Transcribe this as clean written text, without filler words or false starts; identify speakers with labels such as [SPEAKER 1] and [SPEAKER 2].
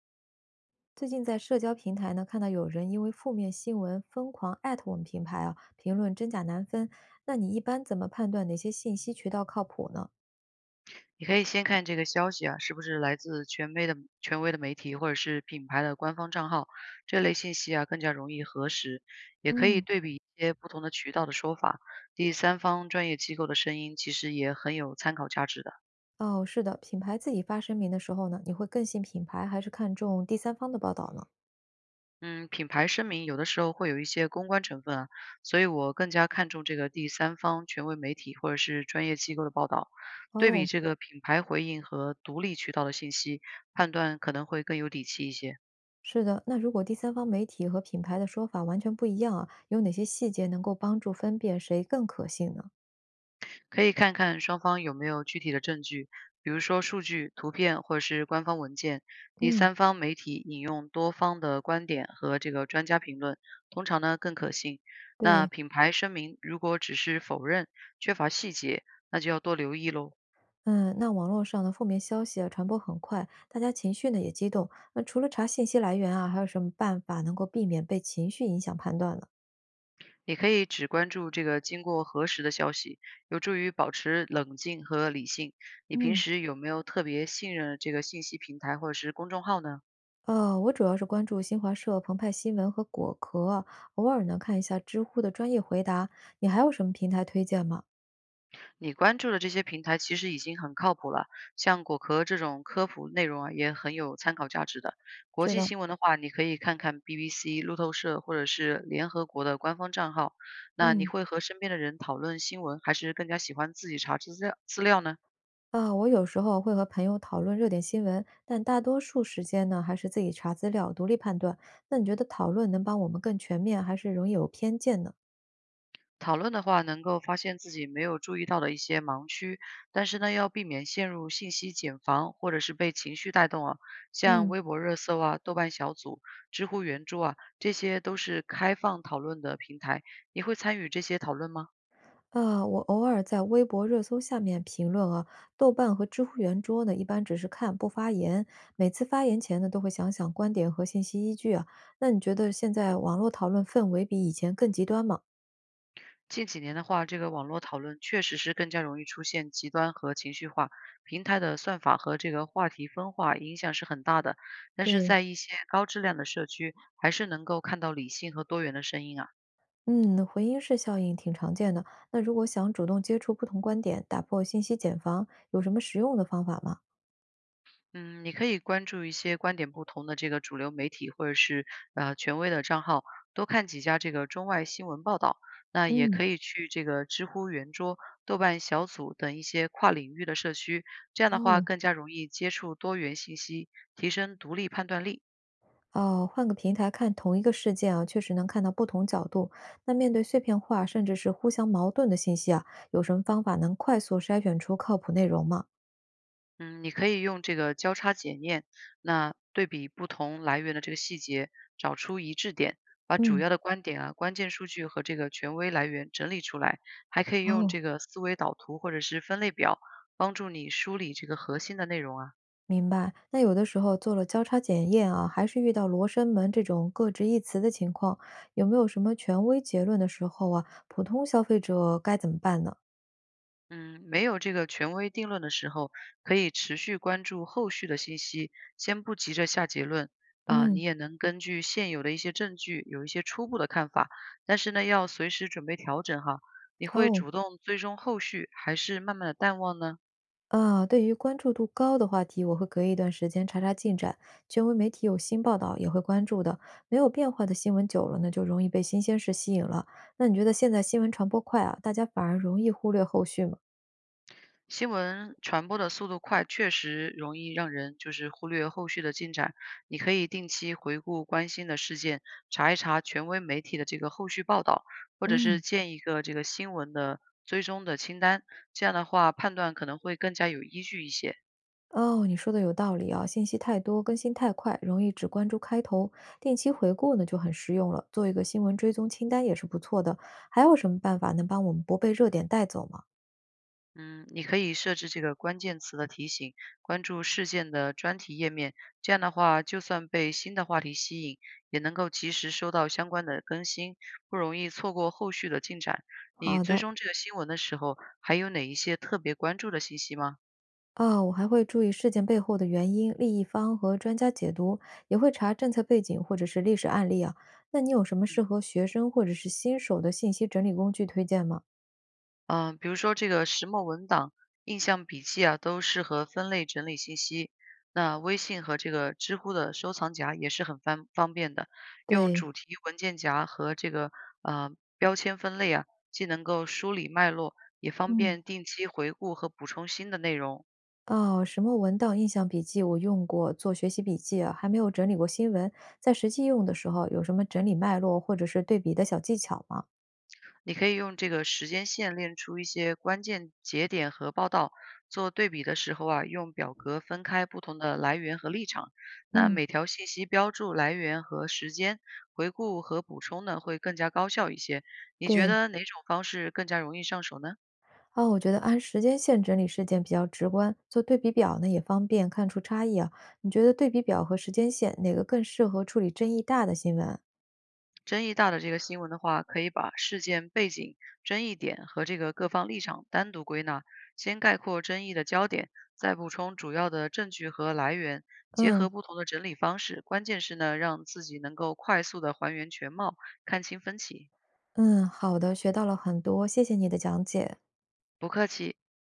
[SPEAKER 1] 最近在社交平台呢，看到有人因为负面新闻疯狂艾特我们品牌啊，评论真假难分。那你一般怎么判断哪些信息渠道靠谱呢？
[SPEAKER 2] 你可以先看这个消息啊，是不是来自权威的媒体或者是品牌的官方账号，这类信息啊更加容易核实。也可以
[SPEAKER 1] 嗯，
[SPEAKER 2] 对比一些不同的渠道的说法，第三方专业机构的声音其实也很有参考价值的。
[SPEAKER 1] 哦，是的，品牌自己发声明的时候呢，你会更信品牌，还是看重第三方的报道呢？
[SPEAKER 2] 嗯，品牌声明有的时候会有一些公关成分啊，所以我更加看重这个第三方权威媒体或者是专业机构的报道，对比
[SPEAKER 1] 哦，
[SPEAKER 2] 这个品牌回应和独立渠道的信息，判断可能会更有底气一些。
[SPEAKER 1] 是的，那如果第三方媒体和品牌的说法完全不一样啊，有哪些细节能够帮助分辨谁更可信呢？
[SPEAKER 2] 可以看看双方有没有具体的证据，比如说数据、图片或者是官方文件。第
[SPEAKER 1] 嗯，
[SPEAKER 2] 三方媒体引用多方的观点和这个专家评论，通常呢更可信。那
[SPEAKER 1] 对，
[SPEAKER 2] 品牌声明如果只是否认，缺乏细节，那就要多留意喽。
[SPEAKER 1] 嗯，那网络上的负面消息啊，传播很快，大家情绪呢也激动。那除了查信息来源啊，还有什么办法能够避免被情绪影响判断呢？
[SPEAKER 2] 你可以只关注这个经过核实的消息，有助于保持冷静和理性。你平
[SPEAKER 1] 嗯，
[SPEAKER 2] 时有没有特别信任的这个信息平台或者是公众号呢？
[SPEAKER 1] 我主要是关注新华社、澎湃新闻和果壳啊偶尔呢看一下知乎的专业回答。你还有什么平台推荐吗？
[SPEAKER 2] 你关注的这些平台其实已经很靠谱了，像果壳这种科普内容啊，也很有参考价值的。国
[SPEAKER 1] 是
[SPEAKER 2] 际
[SPEAKER 1] 的，
[SPEAKER 2] 新闻的话，你可以看看 BBC、路透社或者是联合国的官方账号。那你
[SPEAKER 1] 嗯，
[SPEAKER 2] 会和身边的人讨论新闻，还是更加喜欢自己查资料呢？
[SPEAKER 1] 啊，我有时候会和朋友讨论热点新闻，但大多数时间呢还是自己查资料，独立判断。那你觉得讨论能帮我们更全面，还是容易有偏见呢？
[SPEAKER 2] 讨论的话，能够发现自己没有注意到的一些盲区，但是呢，要避免陷入信息茧房，或者是被情绪带动啊。像
[SPEAKER 1] 嗯。
[SPEAKER 2] 微博热搜啊、豆瓣小组、知乎原著啊，这些都是开放讨论的平台。你会参与这些讨论吗？
[SPEAKER 1] 啊，我偶尔在微博热搜下面评论啊，豆瓣和知乎圆桌呢，一般只是看不发言。每次发言前呢，都会想想观点和信息依据啊。那你觉得现在网络讨论氛围比以前更极端吗？
[SPEAKER 2] 近几年的话，这个网络讨论确实是更加容易出现极端和情绪化，平台的算法和这个话题分化影响是很大的。但是
[SPEAKER 1] 对，
[SPEAKER 2] 在一些高质量的社区，还是能够看到理性和多元的声音啊。
[SPEAKER 1] 嗯，回音式效应挺常见的。那如果想主动接触不同观点，打破信息茧房，有什么实用的方法吗？
[SPEAKER 2] 嗯，你可以关注一些观点不同的这个主流媒体或者是权威的账号，多看几家这个中外新闻报道。那也
[SPEAKER 1] 嗯。
[SPEAKER 2] 可以去这个知乎圆桌、豆瓣小组等一些跨领域的社区，这样的话
[SPEAKER 1] 哦，
[SPEAKER 2] 更加容易接触多元信息，提升独立判断力。
[SPEAKER 1] 哦，换个平台看同一个事件啊，确实能看到不同角度。那面对碎片化甚至是互相矛盾的信息啊，有什么方法能快速筛选出靠谱内容吗？
[SPEAKER 2] 嗯，你可以用这个交叉检验，那对比不同来源的这个细节，找出一致点，把主
[SPEAKER 1] 嗯，
[SPEAKER 2] 要的观点啊、关键数据和这个权威来源整理出来，还可以用
[SPEAKER 1] 哦，
[SPEAKER 2] 这个思维导图或者是分类表，帮助你梳理这个核心的内容啊。
[SPEAKER 1] 明白。那有的时候做了交叉检验啊，还是遇到罗生门这种各执一词的情况，有没有什么权威结论的时候啊，普通消费者该怎么办呢？
[SPEAKER 2] 嗯，没有这个权威定论的时候，可以持续关注后续的信息，先不急着下结论啊、
[SPEAKER 1] 嗯，
[SPEAKER 2] 你也能根据现有的一些证据有一些初步的看法，但是呢，要随时准备调整哈。你会
[SPEAKER 1] 哦。
[SPEAKER 2] 主动追踪后续，还是慢慢的淡忘呢？
[SPEAKER 1] 啊，对于关注度高的话题，我会隔一段时间查查进展，权威媒体有新报道也会关注的。没有变化的新闻久了呢，就容易被新鲜事吸引了。那你觉得现在新闻传播快啊，大家反而容易忽略后续吗？
[SPEAKER 2] 新闻传播的速度快，确实容易让人就是忽略后续的进展。你可以定期回顾关心的事件，查一查权威媒体的这个后续报道，或者
[SPEAKER 1] 嗯，
[SPEAKER 2] 是建一个这个新闻的追踪的清单。这样的话，判断可能会更加有依据一些。
[SPEAKER 1] 哦，你说的有道理啊，信息太多，更新太快，容易只关注开头。定期回顾呢就很实用了，做一个新闻追踪清单也是不错的。还有什么办法能帮我们不被热点带走吗？
[SPEAKER 2] 嗯，你可以设置这个关键词的提醒，关注事件的专题页面，这样的话，就算被新的话题吸引，也能够及时收到相关的更新，不容易错过后续的进展。你
[SPEAKER 1] 好
[SPEAKER 2] 追
[SPEAKER 1] 的，
[SPEAKER 2] 踪这个新闻的时候，还有哪一些特别关注的信息吗？
[SPEAKER 1] 啊，我还会注意事件背后的原因、利益方和专家解读，也会查政策背景或者是历史案例啊。那你有什么适
[SPEAKER 2] 嗯。
[SPEAKER 1] 合学生或者是新手的信息整理工具推荐吗？
[SPEAKER 2] 比如说这个石墨文档、印象笔记啊，都适合分类整理信息。那微信和这个知乎的收藏夹也是很方方便的，用
[SPEAKER 1] 对，
[SPEAKER 2] 主题文件夹和这个呃标签分类啊，既能够梳理脉络，也方
[SPEAKER 1] 嗯，
[SPEAKER 2] 便定期回顾和补充新的内容。
[SPEAKER 1] 哦，什么文档印象笔记我用过做学习笔记啊，还没有整理过新闻。在实际用的时候，有什么整理脉络或者是对比的小技巧吗？
[SPEAKER 2] 你可以用这个时间线列出一些关键节点和报道，做对比的时候啊，用表格分开不同的来源和立场。那
[SPEAKER 1] 嗯，
[SPEAKER 2] 每条信息标注来源和时间，回顾和补充呢，会更加高效一些。你觉
[SPEAKER 1] 对，
[SPEAKER 2] 得哪种方式更加容易上手呢？
[SPEAKER 1] 啊，我觉得按时间线整理事件比较直观，做对比表呢也方便看出差异啊。你觉得对比表和时间线哪个更适合处理争议大的新闻？
[SPEAKER 2] 争议大的这个新闻的话，可以把事件背景、争议点和这个各方立场单独归纳，先概括争议的焦点，再补充主要的证据和来源，结
[SPEAKER 1] 嗯
[SPEAKER 2] 合不同的整理方式。关键是呢，让自己能够快速的还原全貌，看清分歧。
[SPEAKER 1] 嗯，好的，学到了很多，谢谢你的讲解。
[SPEAKER 2] 不客气。